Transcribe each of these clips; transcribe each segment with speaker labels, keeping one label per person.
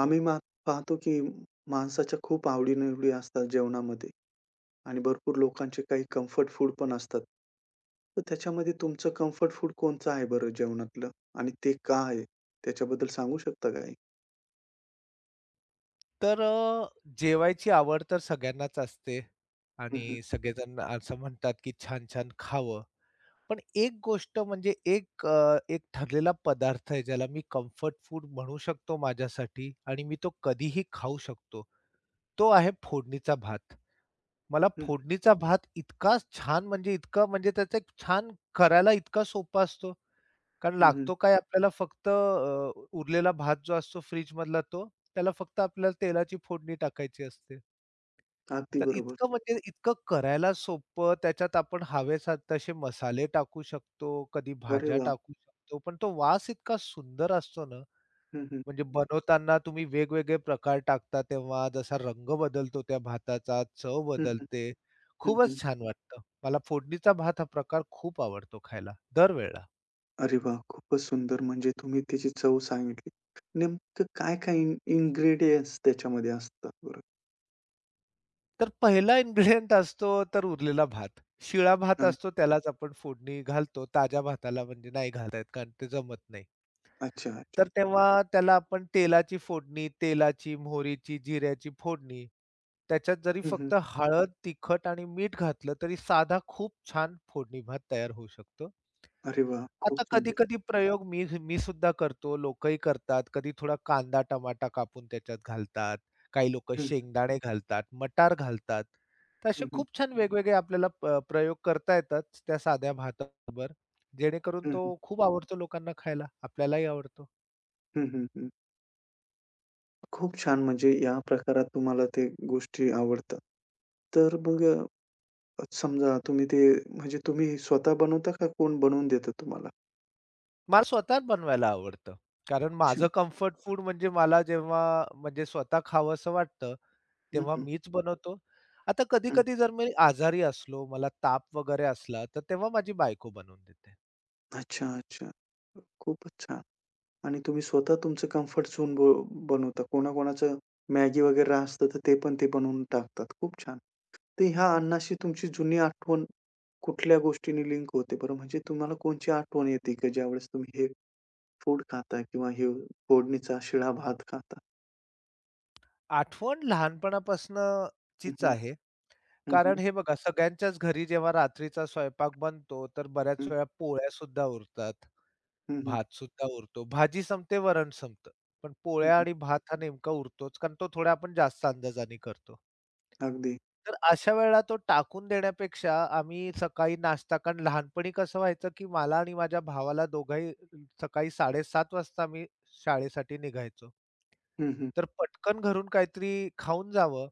Speaker 1: आम्ही पाहतो की माणसाच्या खूप आवडी-निवडी असतात जेवणामध्ये आणि भरपूर लोकांचे काही कम्फर्ट फूड पण असतात. तर त्याच्यामध्ये तुमचं कम्फर्ट फूड कोणतं आहे बरं जेवणातलं आणि ते का आहे? त्याच्याबद्दल सांगू शकता काही?
Speaker 2: तर जेवायची आवड तर सगळ्यांनाच असते
Speaker 1: हं, हं.
Speaker 2: आणि सगळेजण असं म्हणतात, की छान-छान खावं. पण एक गोष्ट म्हणजे एक ठरलेला पदार्थ आहे, ज्याला मी कम्फर्ट फूड म्हणू शकतो माझ्यासाठी आणि मी तो कधीही खाऊ शकतो. तो आहे फोडणीचा भात. मला
Speaker 1: हं, हं.
Speaker 2: फोडणीचा भात इतका छान म्हणजे इतका म्हणजे त्याचा एक छान करायला इतका सोपा असतो. कारण लागतो काय आपल्याला फक्त उरलेला भात जो असतो फ्रिजमधला तो, त्याला फक्त आपल्याला तेलाची फोडणी टाकायची असते.
Speaker 1: अगदी
Speaker 2: तर
Speaker 1: बरोबर.
Speaker 2: इतकं म्हणजे इतकं करायला सोपं, त्याच्यात आपण हवेसा तसे मसाले टाकू शकतो, कधी
Speaker 1: अरे
Speaker 2: भाज्या
Speaker 1: वाह!
Speaker 2: टाकू शकतो. पण तो वास इतका सुंदर असतो ना,
Speaker 1: हं, हं.
Speaker 2: म्हणजे बनवताना तुम्ही वेगवेगळे प्रकार टाकता तेव्हा जसा रंग बदलतो त्या भाताचा, चव
Speaker 1: हं, हं.
Speaker 2: बदलते. खूपच
Speaker 1: हं,
Speaker 2: छान वाटतं. मला फोडणीचा भात हा प्रकार खूप आवडतो खायला, दरवेळेला.
Speaker 1: अरे वाह! खूपच सुंदर म्हणजे तुम्ही त्याची चव सांगितली. नेमकं काय-काय त्याच्यामध्ये असतात बरं?
Speaker 2: तर पहिला इन्ग्रीडियंट असतो तर उरलेला भात. शिळा भात
Speaker 1: हं.
Speaker 2: असतो त्यालाच आपण फोडणी घालतो. ताज्या भाताला म्हणजे नाही घालता कारण ते जमत नाही.
Speaker 1: अच्छा, अच्छा.
Speaker 2: तर तेव्हा त्याला आपण तेलाची फोडणी, तेलाची, मोहरीची, जिऱ्याची फोडणी, त्याच्यात जरी
Speaker 1: हं, हं.
Speaker 2: फक्त हळद, तिखट आणि मीठ घातलं तरी साधा खूप छान फोडणी भात तयार होऊ शकतो.
Speaker 1: अरे वाह! खूप
Speaker 2: आता
Speaker 1: सुंदर.
Speaker 2: कधी-कधी प्रयोग मी मी सुद्धा करतो, लोकही करतात. कधी थोडा कांदा, टमाटा कापून त्याच्यात घालतात. काही लोकं
Speaker 1: हं, हं.
Speaker 2: शेंगदाणे घालतात, मटार घालतात. तर असे
Speaker 1: हं,
Speaker 2: खूप छान वेगवेगळे आपल्याला प्रयोग करता येतात त्या साध्या भाताबरोबर, जेणेकरून
Speaker 1: हं,
Speaker 2: तो
Speaker 1: हं.
Speaker 2: खूप आवडतो लोकांना खायला. आपल्यालाही आवडतो.
Speaker 1: हं, हं, हं. खूप छान म्हणजे या प्रकारात तुम्हाला ते गोष्टी आवडतात. तर मग समजा तुम्ही ते म्हणजे तुम्ही स्वतः बनवता का कोण बनवून देतं तुम्हाला?
Speaker 2: मला स्वतःच बनवायला आवडतं. कारण माझं
Speaker 1: अच्छा.
Speaker 2: कम्फर्ट फूड म्हणजे मला जेव्हा म्हणजे स्वतः खावंसं वाटतं,
Speaker 1: हं,
Speaker 2: तेव्हा
Speaker 1: हं,
Speaker 2: मीच बनवतो. आता
Speaker 1: हं.
Speaker 2: कधी-कधी जर मी आजारी असलो, मला ताप वगैरे असला, तर तेव्हा माझी बायको बनवून देते.
Speaker 1: अच्छा, अच्छा. खूपच छान. आणि तुम्ही स्वतः तुमचं कम्फर्ट झोन ब बनवता. कोणाकोणाचं Maggi वगैरे असतं तर ते पण ते बनवून टाकतात. खूप छान. तर ह्या अन्नाशी तुमची जुनी आठवण कुठल्या गोष्टीने लिंक होते बरं? म्हणजे तुम्हाला कोणची आठवण येते की ज्यावेळेस तुम्ही हे फूड खाता किंवा हे फोडणीचा शिळा भात खाता.
Speaker 2: आठवण लहानपणापासनं
Speaker 1: हं,
Speaker 2: चीच
Speaker 1: हं.
Speaker 2: आहे.
Speaker 1: हं,
Speaker 2: कारण
Speaker 1: हं.
Speaker 2: हे बघा सगळ्यांच्याच घरी जेव्हा रात्रीचा स्वयंपाक बनतो, तर बऱ्याच
Speaker 1: हं,
Speaker 2: वेळा पोळ्यासुद्धा उरतात,
Speaker 1: हं, हं.
Speaker 2: भातसुद्धा उरतो. भाजी संपते, वरण संपतं. पण
Speaker 1: हं,
Speaker 2: पोळ्या
Speaker 1: हं.
Speaker 2: आणि भात हा नेमका उरतोच, कारण तो थोडा आपण जास्त अंदाजाने करतो.
Speaker 1: अगदी.
Speaker 2: तर अशा वेळेला तो टाकून देण्यापेक्षा आम्ही सकाळी नाश्ता कारण लहानपणी कसं व्हायचं, की मला आणि माझ्या भावाला दोघंही सकाळी 7:30 वाजता आम्ही शाळेसाठी निघायचो.
Speaker 1: हं, हं.
Speaker 2: तर पटकन घरून काहीतरी खाऊन जावं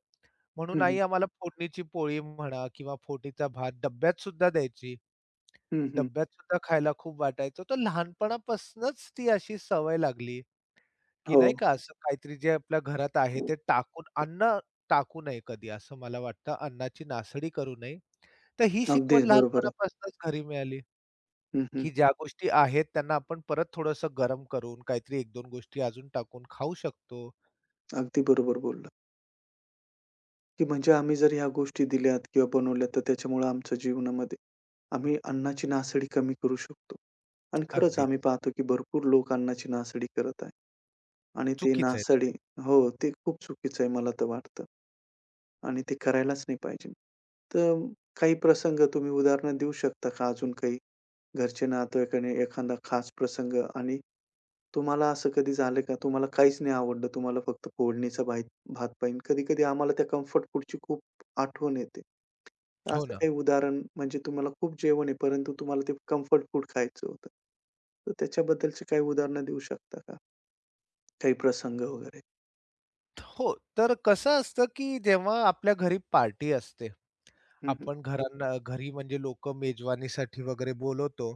Speaker 1: हं,
Speaker 2: म्हणून
Speaker 1: हं.
Speaker 2: आई आम्हाला फोडणीची पोळी म्हणा किंवा फोडणीचा भात डब्यात सुद्धा द्यायची.
Speaker 1: हं, हं.
Speaker 2: डब्यात सुद्धा खायला खूप वाटायचं. तर लहानपणापासूनच ती अशी सवय लागली. की
Speaker 1: हो.
Speaker 2: नाही का असं काहीतरी जे आपल्या घरात आहे ते टाकून अन्न टाकू नये कधी असं मला वाटतं. अन्नाची नासडी करू नये. तर ही शिकवण
Speaker 1: अगदीच बरोबर आहे.
Speaker 2: लहानपणापासूनच घरी मिळाली,
Speaker 1: हं, हं.
Speaker 2: की ज्या गोष्टी आहेत त्यांना आपण परत थोडंसं गरम करून काहीतरी 1-2 गोष्टी अजून टाकून खाऊ शकतो.
Speaker 1: अगदी बरोबर बोललात. की म्हणजे आम्ही जर ह्या गोष्टी दिल्यात किंवा बनवल्या, तर त्याच्यामुळे आमच्या जीवनामध्ये आम्ही अन्नाची नासडी कमी करू शकतो. आणि खरंच
Speaker 2: अगदीच
Speaker 1: आम्ही पाहतो की भरपूर लोक अन्नाची नासडी करत आहे. आणि ते
Speaker 2: चुकीचं आहे ना ते.
Speaker 1: नासडी हो, ते खूप चुकीचं आहे मला तर वाटतं. आणि ते करायलाच नाही पाहिजे. तर काही प्रसंग तुम्ही उदाहरणं देऊ शकता का अजून काही? घरचे नातेवाईकांनी एखादा खास प्रसंग आणि तुम्हाला असं कधी झालं का तुम्हाला काहीच नाही आवडलं, तुम्हाला फक्त फोडणीचा भात पाईन. कधी-कधी आम्हाला त्या कम्फर्ट फूडची खूप आठवण येते. तर
Speaker 2: हो
Speaker 1: असं
Speaker 2: ना.
Speaker 1: काही उदाहरण म्हणजे तुम्हाला खूप जेवण आहे, परंतु तुम्हाला ते कम्फर्ट फूड खायचं होतं. तर त्याच्याबद्दलची काही उदाहरणं देऊ शकता का? काही प्रसंग वगैरे?
Speaker 2: हो, तर कसं असतं की जेव्हा आपल्या घरी पार्टी असते,
Speaker 1: हं, हं.
Speaker 2: आपण घरांना घरी म्हणजे लोकं मेजवानीसाठी वगैरे बोलवतो.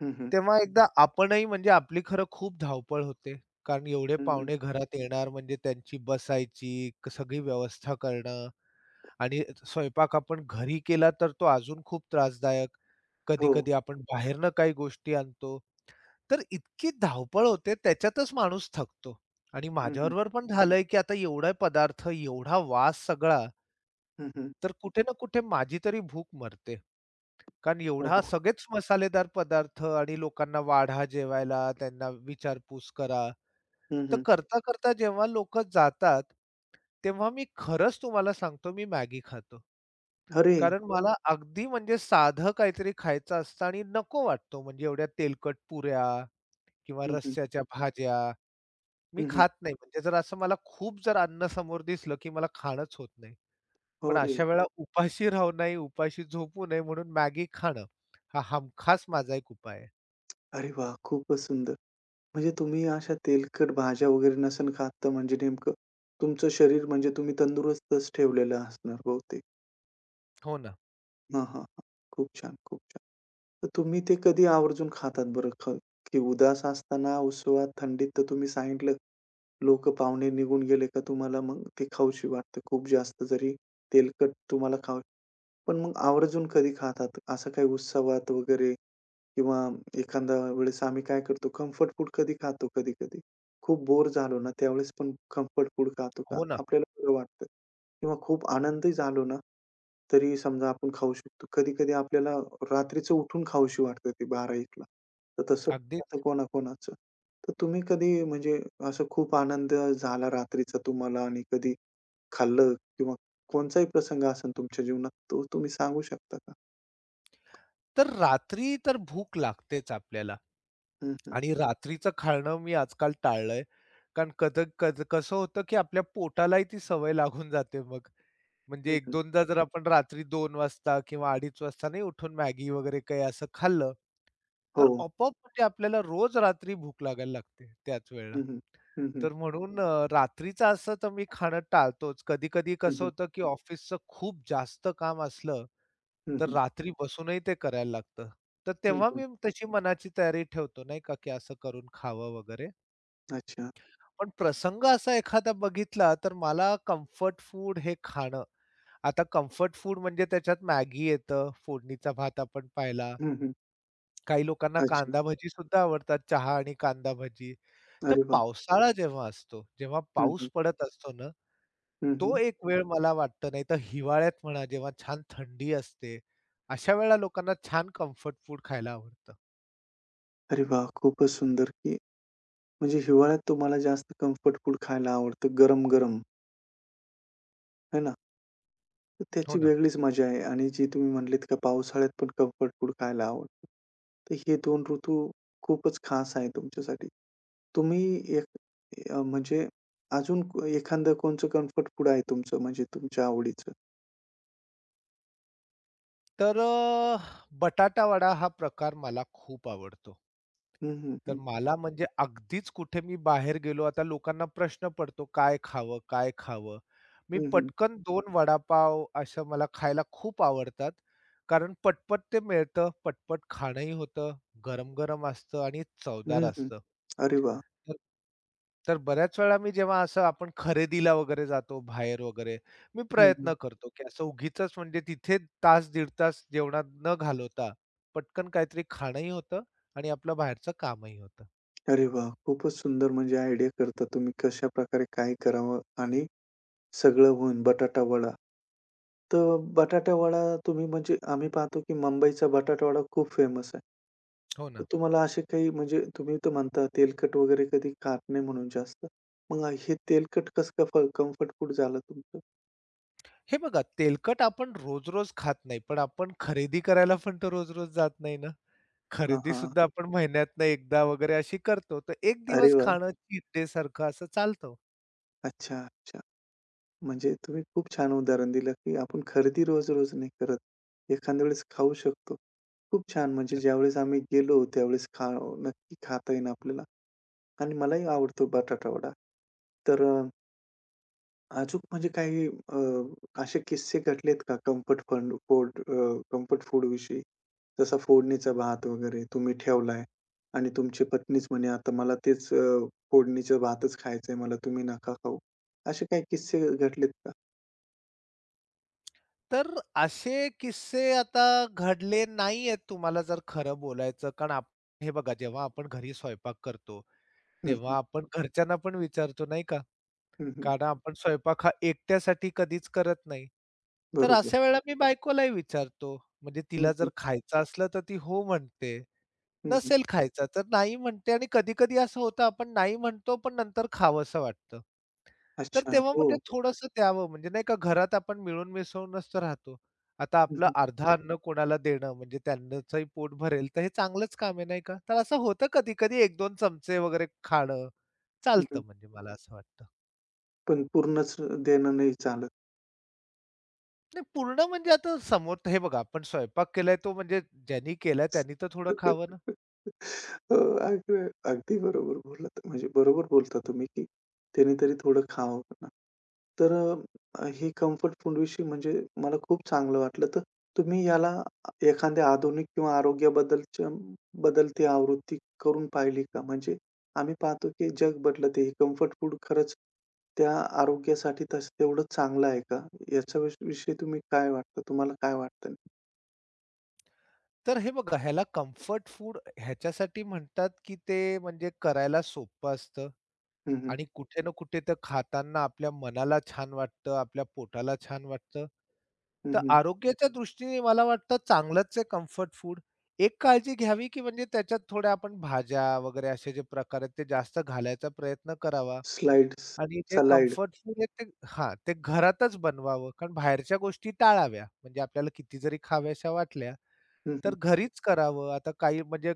Speaker 1: हं, हं.
Speaker 2: तेव्हा एकदा आपणही म्हणजे आपली खरं खूप धावपळ होते. कारण एवढे
Speaker 1: हं, हं.
Speaker 2: पाहुणे घरात येणार म्हणजे त्यांची बसायची, सगळी व्यवस्था करणं आणि स्वयंपाक आपण घरी केला तर तो अजून खूप त्रासदायक.
Speaker 1: हो.
Speaker 2: कधी-कधी आपण बाहेरनं काही गोष्टी आणतो. तर इतकी धावपळ होते त्याच्यातच माणूस थकतो. आणि
Speaker 1: हं, हं.
Speaker 2: माझ्याबरोबर पण झालंय, की आता एवढा पदार्थ, एवढा वास सगळा,
Speaker 1: हं, हं.
Speaker 2: तर कुठे ना कुठे माझी तरी भूक मरते. कारण
Speaker 1: हो,
Speaker 2: एवढा
Speaker 1: हो.
Speaker 2: सगळेच मसालेदार पदार्थ आणि लोकांना वाढा जेवायला, त्यांना विचारपूस करा.
Speaker 1: हं,
Speaker 2: तर
Speaker 1: हं.
Speaker 2: करता-करता जेव्हा लोकं जातात, तेव्हा मी खरंच तुम्हाला सांगतो मी मॅगी खातो.
Speaker 1: अरे!
Speaker 2: कारण मला अगदी म्हणजे साधं काहीतरी खायचं असतं आणि नको वाटतो म्हणजे एवढ्या तेलकट पुऱ्या किंवा
Speaker 1: हं, हं.
Speaker 2: रस्स्याच्या भाज्या
Speaker 1: हं,
Speaker 2: मी
Speaker 1: हं.
Speaker 2: खात नाही. म्हणजे जर असं मला खूप जर अन्न समोर दिसलं, की मला खाणंच होत नाही.
Speaker 1: हो
Speaker 2: पण
Speaker 1: रे!
Speaker 2: अशा वेळेला उपाशी राहू नये, उपाशी झोपू नये म्हणून मॅगी खाणं, हा हमखास माझा एक उपाय आहे.
Speaker 1: अरे वाह! खूपच सुंदर. म्हणजे तुम्ही अशा तेलकट भाज्या वगैरे नसेल खात, तर म्हणजे नेमकं तुमचं शरीर म्हणजे तुम्ही तंदुरुस्तच ठेवलेलं असणार बहुतेक.
Speaker 2: हो ना.
Speaker 1: हां, हां, हां. खूप छान, खूप छान. तर तुम्ही ते कधी आवर्जून खातात बरं की उदास असताना, उत्सवात, थंडीत? तर तुम्ही सांगितलं, लोकं पाहुणे निघून गेले का तुम्हाला मग ते खाऊशी वाटतं खूप जास्त, जरी तेलकट तुम्हाला खावं पण मग आवर्जून कधी खातात? असं काही उत्सवात वगैरे किंवा एखाद्या वेळेस आम्ही काय करतो, कम्फर्ट फूड कधी खातो कधी-कधी. खूप बोर झालो ना, त्यावेळेस पण कम्फर्ट फूड खातो का?
Speaker 2: हो ना.
Speaker 1: आपल्याला बरं वाटतं. किंवा खूप आनंदी झालो ना, तरी समजा आपण खाऊ शकतो. कधी-कधी आपल्याला रात्रीचं उठून खाऊशी वाटतं ते 12:00-1:00 ला. तर तसं पण आता
Speaker 2: अगदीच.
Speaker 1: कोणाकोणाचं. तर तुम्ही कधी म्हणजे असं खूप आनंद झाला रात्रीचा तुम्हाला आणि कधी खाल्लं किंवा कोणचाही प्रसंग असेल तुमच्या जीवनात, तो तुम्ही सांगू शकता का?
Speaker 2: तर रात्री तर भूक लागतेच आपल्याला
Speaker 1: हं, हं.
Speaker 2: आणि रात्रीचं खाणं मी आजकाल टाळलंय. कारण कध कध कसं होतं, की आपल्या पोटालाही ती सवय लागून जाते मग. म्हणजे
Speaker 1: हं, हं.
Speaker 2: 1-2दा जर आपण रात्री 2 वाजता किंवा 2:30 वाजता नाही उठून मॅगी वगैरे काही असं खाल्लं, तर
Speaker 1: हो.
Speaker 2: आपोआप म्हणजे आपल्याला रोज रात्री भूक लागायला लागते त्याच वेळेला.
Speaker 1: हं, हं. हं, हं.
Speaker 2: तर म्हणून रात्रीचं असं तर मी खाणं टाळतोच. कधी-कधी
Speaker 1: हं,
Speaker 2: कसं
Speaker 1: हं.
Speaker 2: होतं, की ऑफिसचं खूप जास्त काम असलं,
Speaker 1: हं,
Speaker 2: तर
Speaker 1: हं.
Speaker 2: रात्री बसूनही ते करायला लागतं. तर
Speaker 1: हं,
Speaker 2: तेव्हा
Speaker 1: हं.
Speaker 2: मी तशी मनाची तयारी ठेवतो नाही का, की असं करून खावं वगैरे.
Speaker 1: अच्छा.
Speaker 2: पण प्रसंग असा एखादा बघितला, तर मला कम्फर्ट फूड हे खाणं आता कम्फर्ट फूड म्हणजे त्याच्यात मॅगी येतं, फोडणीचा भात आपण पाहिला.
Speaker 1: हं, हं.
Speaker 2: काही लोकांना
Speaker 1: अच्छा.
Speaker 2: कांदा भजी सुद्धा आवडतात, चहा आणि कांदा भजी. तर
Speaker 1: अरे वाह!
Speaker 2: पावसाळा जेव्हा असतो, जेव्हा
Speaker 1: हं, हं.
Speaker 2: पाऊस पडत असतो ना
Speaker 1: हं,
Speaker 2: तो
Speaker 1: हं.
Speaker 2: एक वेळ मला वाटतं नाहीतर हिवाळ्यात म्हणा जेव्हा छान थंडी असते, अशा वेळेला लोकांना छान कम्फर्ट फूड खायला आवडतं.
Speaker 1: अरे वाह! खूपच सुंदर की म्हणजे हिवाळ्यात तुम्हाला जास्त कम्फर्ट फूड खायला आवडतं गरम-गरम, है ना? तर
Speaker 2: हो
Speaker 1: त्याची
Speaker 2: ना.
Speaker 1: वेगळीच मजा आहे आणि जी तुम्ही म्हटलीत का पावसाळ्यात पण कम्फर्ट फूड खायला आवडतं. तर हे 2 ऋतू खूपच खास आहे तुमच्यासाठी. तुम्ही एक म्हणजे अजून एखादं कोणचं कम्फर्ट फूड आहे तुमचं म्हणजे तुमच्या आवडीचं?
Speaker 2: तर बटाटा वडा हा प्रकार मला खूप आवडतो.
Speaker 1: हं, हं,
Speaker 2: तर
Speaker 1: हं.
Speaker 2: मला म्हणजे अगदीच कुठे मी बाहेर गेलो, आता लोकांना प्रश्न पडतो, "काय खावं? काय खावं?" मी
Speaker 1: हं, हं.
Speaker 2: पटकन 2 वडापाव असं मला खायला खूप आवडतात. कारण पटपट ते मिळतं, पटपट खाणंही होतं, गरम-गरम असतं आणि चवदार
Speaker 1: हं,
Speaker 2: असतं.
Speaker 1: अरे वाह!
Speaker 2: तर तर बऱ्याच वेळा मी जेव्हा असं आपण खरेदीला वगैरे जातो बाहेर वगैरे, मी
Speaker 1: हं, हं.
Speaker 2: प्रयत्न करतो, की असं उगीचच म्हणजे तिथे तास, दीड तास जेवणात न घालवता, पटकन काहीतरी खाणंही होतं आणि आपलं बाहेरचं कामही होतं.
Speaker 1: अरे वाह! खूपच सुंदर म्हणजे आयडिया करता तुम्ही कशाप्रकारे काय करावं आणि सगळं होऊन बटाटा वडा. तर बटाटावडा तुम्ही म्हणजे आम्ही पाहतो, की मुंबईचा बटाटावडा खूप फेमस आहे.
Speaker 2: हो
Speaker 1: तर
Speaker 2: ना.
Speaker 1: तुम्हाला असे काही म्हणजे तुम्ही तर म्हणता तेलकट वगैरे कधी खात नाही म्हणून जास्त. मग हे तेलकट कसं काय कम्फर्ट फूड झालं तुमचं?
Speaker 2: हे बघा तेलकट आपण रोज-रोज खात नाही, पण आपण खरेदी करायला पण तर रोज-रोज जात नाही ना.
Speaker 1: हां,
Speaker 2: खरेदी
Speaker 1: हां.
Speaker 2: सुद्धा आपण महिन्यातनं एकदा वगैरे अशी करतो. तर एक
Speaker 1: अरे
Speaker 2: दिवस
Speaker 1: वाह!
Speaker 2: खाणं चीट डे सारखं असं चालतं.
Speaker 1: अच्छा, अच्छा. म्हणजे तुम्ही खूप छान उदाहरण दिलं, की आपण खरेदी रोज-रोज नाही करत. एखाद्या वेळेस खाऊ शकतो. खूप छान म्हणजे ज्यावेळेस आम्ही गेलो त्यावेळेस नक्की खाता येईन आपल्याला आणि मलाही आवडतो बटाटावडा. तर अ अचूक म्हणजे काही असे किस्से घडलेत का कम्फर्ट कम्फर्ट फूडविषयी? जसा फोडणीचा भात वगैरे तुम्ही ठेवलाय आणि तुमची पत्नीच म्हणे, "आता मला तेच फोडणीचा भातच खायचंय मला, तुम्ही नका खाऊ." असे काही किस्से घडलेत का?
Speaker 2: तर असे किस्से आता घडले नाहीयेत तुम्हाला जर खरं बोलायचं. कारण आप हे बघा जेव्हा आपण घरी स्वयंपाक करतो,
Speaker 1: हं, हं.
Speaker 2: तेव्हा आपण घरच्यांना पण विचारतो नाही का?
Speaker 1: हं, हं.
Speaker 2: कारण आपण स्वयंपाक हा एकट्यासाठी कधीच करत नाही. तर
Speaker 1: बरोबर.
Speaker 2: अशा वेळेला मी बायकोलाही विचारतो. म्हणजे
Speaker 1: हं,
Speaker 2: तिला जर
Speaker 1: हं.
Speaker 2: खायचं असलं तर ती हो म्हणते.
Speaker 1: हं, हं.
Speaker 2: नसेल खायचं तर नाही म्हणते आणि कधी-कधी असं होतं आपण नाही म्हणतो पण नंतर खावंसं वाटतं. तर
Speaker 1: अच्छा.
Speaker 2: तेव्हा म्हणजे
Speaker 1: हो.
Speaker 2: थोडंसं द्यावं म्हणजे नाही का घरात आपण मिळून मिसळूनच तर राहतो. आता
Speaker 1: हं,
Speaker 2: आपलं
Speaker 1: हं.
Speaker 2: अर्ध अन्न कोणाला देणं म्हणजे त्यांचंही पोट भरेल तर हे चांगलंच काम आहे नाही का? तर असं होतं कधी-कधी 1-2 चमचे वगैरे खाणं.
Speaker 1: हं, हं.
Speaker 2: चालतं म्हणजे मला असं वाटतं.
Speaker 1: पण पूर्णच देणं नाही चालत.
Speaker 2: नाही पूर्ण म्हणजे आता समोर हे बघा आपण स्वयंपाक केलाय तो म्हणजे ज्यांनी केलाय त्यांनी तर थोडं खावं ना.
Speaker 1: हो, अगदी अगदी बरोबर बोललात. म्हणजे बरोबर बोलता तुम्ही, की त्याने तरी थोडं खावं ना. तर हे कम्फर्ट फूडविषयी म्हणजे मला खूप चांगलं वाटलं. तर तुम्ही याला एखाद्या आधुनिक किंवा आरोग्याबद्दलच्या बदलती आवृत्ती करून पाहिली का? म्हणजे आम्ही पाहतो, की जग बदलत आहे. कम्फर्ट फूड खरंच त्या आरोग्यासाठी तस तेवढं चांगलं आहे का? याच्या विषयी तुम्ही काय वाटतं? तुम्हाला काय वाटतं?
Speaker 2: तर हे बघा ह्याला कम्फर्ट फूड ह्याच्यासाठी म्हणतात, की ते म्हणजे करायला सोपं असतं
Speaker 1: हं, हं.
Speaker 2: आणि कुठे ना कुठे तर खाताना आपल्या मनाला छान वाटतं, आपल्या पोटाला छान वाटतं. तर आरोग्याच्या दृष्टीने मला वाटतं चांगलंच आहे कम्फर्ट फूड. एक काळजी घ्यावी, की म्हणजे त्याच्यात थोड्या आपण भाज्या वगैरे असे जे प्रकार आहेत ते जास्त घालायचा प्रयत्न करावा.
Speaker 1: स्लाइड्स,
Speaker 2: आणि जे
Speaker 1: सलाइड.
Speaker 2: कम्फर्ट फूड आहे ते हां, ते घरातच बनवावं. कारण बाहेरच्या गोष्टी टाळाव्या. म्हणजे आपल्याला किती जरी खाव्याशा वाटल्या,
Speaker 1: हं, हं.
Speaker 2: तर घरीच करावं. आता काही म्हणजे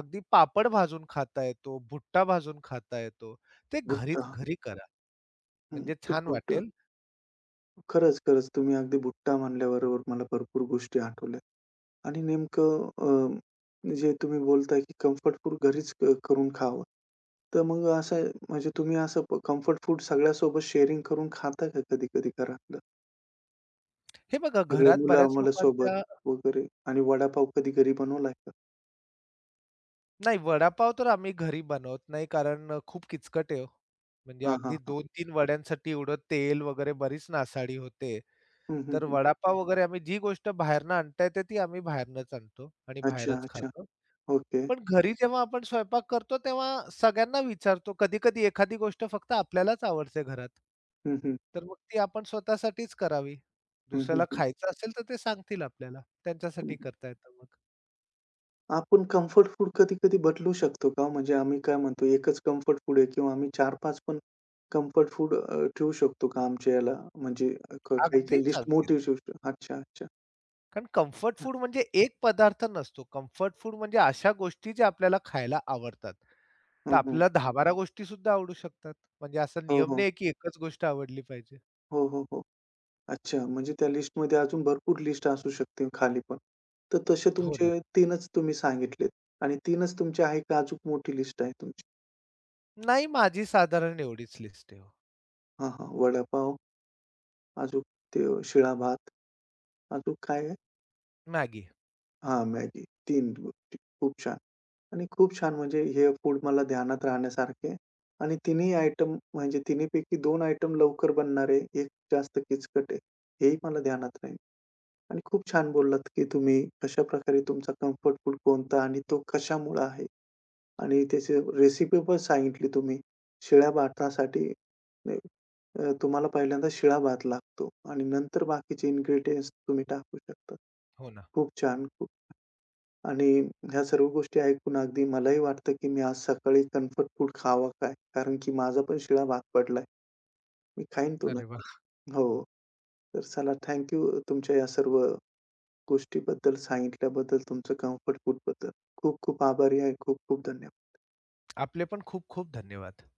Speaker 2: अगदी पापड भाजून खाता येतो, भुट्टा भाजून खाता येतो. ते घरीच
Speaker 1: भुट्टा.
Speaker 2: घरी करा.
Speaker 1: हं,
Speaker 2: म्हणजे
Speaker 1: तो
Speaker 2: छान
Speaker 1: भुट्टा.
Speaker 2: वाटेल.
Speaker 1: खरंच, खरंच तुम्ही अगदी भुट्टा म्हणल्याबरोबर मला भरपूर गोष्टी आठवल्या आणि नेमकं जे तुम्ही बोलताय की कम्फर्ट फूड घरीच करून खावं. तर मग असं म्हणजे तुम्ही असं प कम्फर्ट फूड सगळ्यासोबत शेअरिंग करून खाता का कधी-कधी घरातलं?
Speaker 2: हे बघा
Speaker 1: सगळे
Speaker 2: घरात बऱ्याच
Speaker 1: मुलं-आम्हाला सोबत
Speaker 2: लोकांच्या
Speaker 1: वगैरे आणि वडापाव कधी घरी बनवलाय का?
Speaker 2: नाही वडापाव तर आम्ही घरी बनवत नाही कारण खूप किचकट आहे हो. म्हणजे
Speaker 1: हां, हां,
Speaker 2: अगदी
Speaker 1: हां.
Speaker 2: 2-3 वड्यांसाठी एवढं तेल वगैरे बरीच नासाडी होते.
Speaker 1: हं, हं,
Speaker 2: तर
Speaker 1: हं.
Speaker 2: वडापाव वगैरे आम्ही जी गोष्ट बाहेरनं आणता येते ती आम्ही बाहेरनच आणतो आणि
Speaker 1: अच्छा,
Speaker 2: बाहेरच
Speaker 1: अच्छा.
Speaker 2: खातो.
Speaker 1: ओके.
Speaker 2: पण घरी जेव्हा आपण स्वयंपाक करतो तेव्हा सगळ्यांना विचारतो. कधी-कधी एखादी गोष्ट फक्त आपल्यालाच आवडते घरात.
Speaker 1: हं, हं.
Speaker 2: तर मग ती आपण स्वतःसाठीच करावी.
Speaker 1: हं, हं,
Speaker 2: दुसऱ्याला
Speaker 1: हं.
Speaker 2: खायचं असेल तर ते सांगतील आपल्याला.
Speaker 1: हं.
Speaker 2: त्यांच्यासाठी करता येतं मग.
Speaker 1: आपण कम्फर्ट फूड कधी-कधी बदलू शकतो का? म्हणजे आम्ही काय म्हणतो, एकच कम्फर्ट फूड आहे किंवा आम्ही 4-5 पण कम्फर्ट फूड ठेवू शकतो का आमच्या याला? म्हणजे काही-काही
Speaker 2: अगदीच,
Speaker 1: लिस्ट
Speaker 2: अगदीच.
Speaker 1: मोठी ठेवू शकतो. अच्छा, अच्छा.
Speaker 2: कारण कम्फर्ट फूड म्हणजे एक पदार्थ नसतो. कम्फर्ट फूड म्हणजे अशा गोष्टी ज्या आपल्याला खायला आवडतात. तर
Speaker 1: हं, हं.
Speaker 2: आपल्याला 10-12 गोष्टीसुद्धा आवडू शकतात. म्हणजे असा
Speaker 1: हो,
Speaker 2: नियम
Speaker 1: हो.
Speaker 2: नाही की एकच गोष्ट आवडली पाहिजे.
Speaker 1: हो, हो, हो. अच्छा, म्हणजे त्या लिस्टमध्ये अजून भरपूर लिस्ट असू शकते खाली पण. तर तसे
Speaker 2: हो ना.
Speaker 1: तुमचे 3च तुम्ही सांगितलेत आणि 3च तुमचे आहे का अजून मोठी लिस्ट आहे तुमची?
Speaker 2: नाही, माझी साधारण एवढीच लिस्ट आहे हो.
Speaker 1: हां, हां. वडापाव, अजून ते शिळा भात, अजून काय आहे?
Speaker 2: मॅगी.
Speaker 1: हां, मॅगी. 3 गोष्टी. खूप छान. आणि खूप छान म्हणजे हे फूड मला ध्यानात राहण्यासारखे आणि तिन्ही आयटम म्हणजे तिन्हीपैकी 2 आयटम लवकर बनणार एक जास्त किचकट आहे. हेही मला ध्यानात राहील आणि खूप छान बोललात, की तुम्ही कशा कशाप्रकारे तुमचा कम्फर्ट फूड कोणता आणि तो कशामुळे आहे आणि त्याची रेसिपी पण सांगितली तुम्ही. शिळ्या भातासाठी तुम्हाला पहिल्यांदा शिळा भात लागतो आणि नंतर बाकीचे इन्ग्रीडियंट्स तुम्ही टाकू शकता.
Speaker 2: हो ना.
Speaker 1: खूप छान. आणि ह्या सर्व गोष्टी ऐकून अगदी मलाही वाटतं, की मी आज सकाळी कम्फर्ट फूड खावा काय? कारण की माझा पण शिळा भाग पडलाय. मी खाईन तो
Speaker 2: अरे
Speaker 1: नक्की.
Speaker 2: वाह!
Speaker 1: हो. तर चला थँक तुमच्या या सर्व गोष्टीबद्दल सांगितल्याबद्दल, तुमचं कम्फर्ट फूडबद्दल. खूप खूप आभारी आहे. खूप खूप धन्यवाद.
Speaker 2: आपले पण खूप खूप धन्यवाद.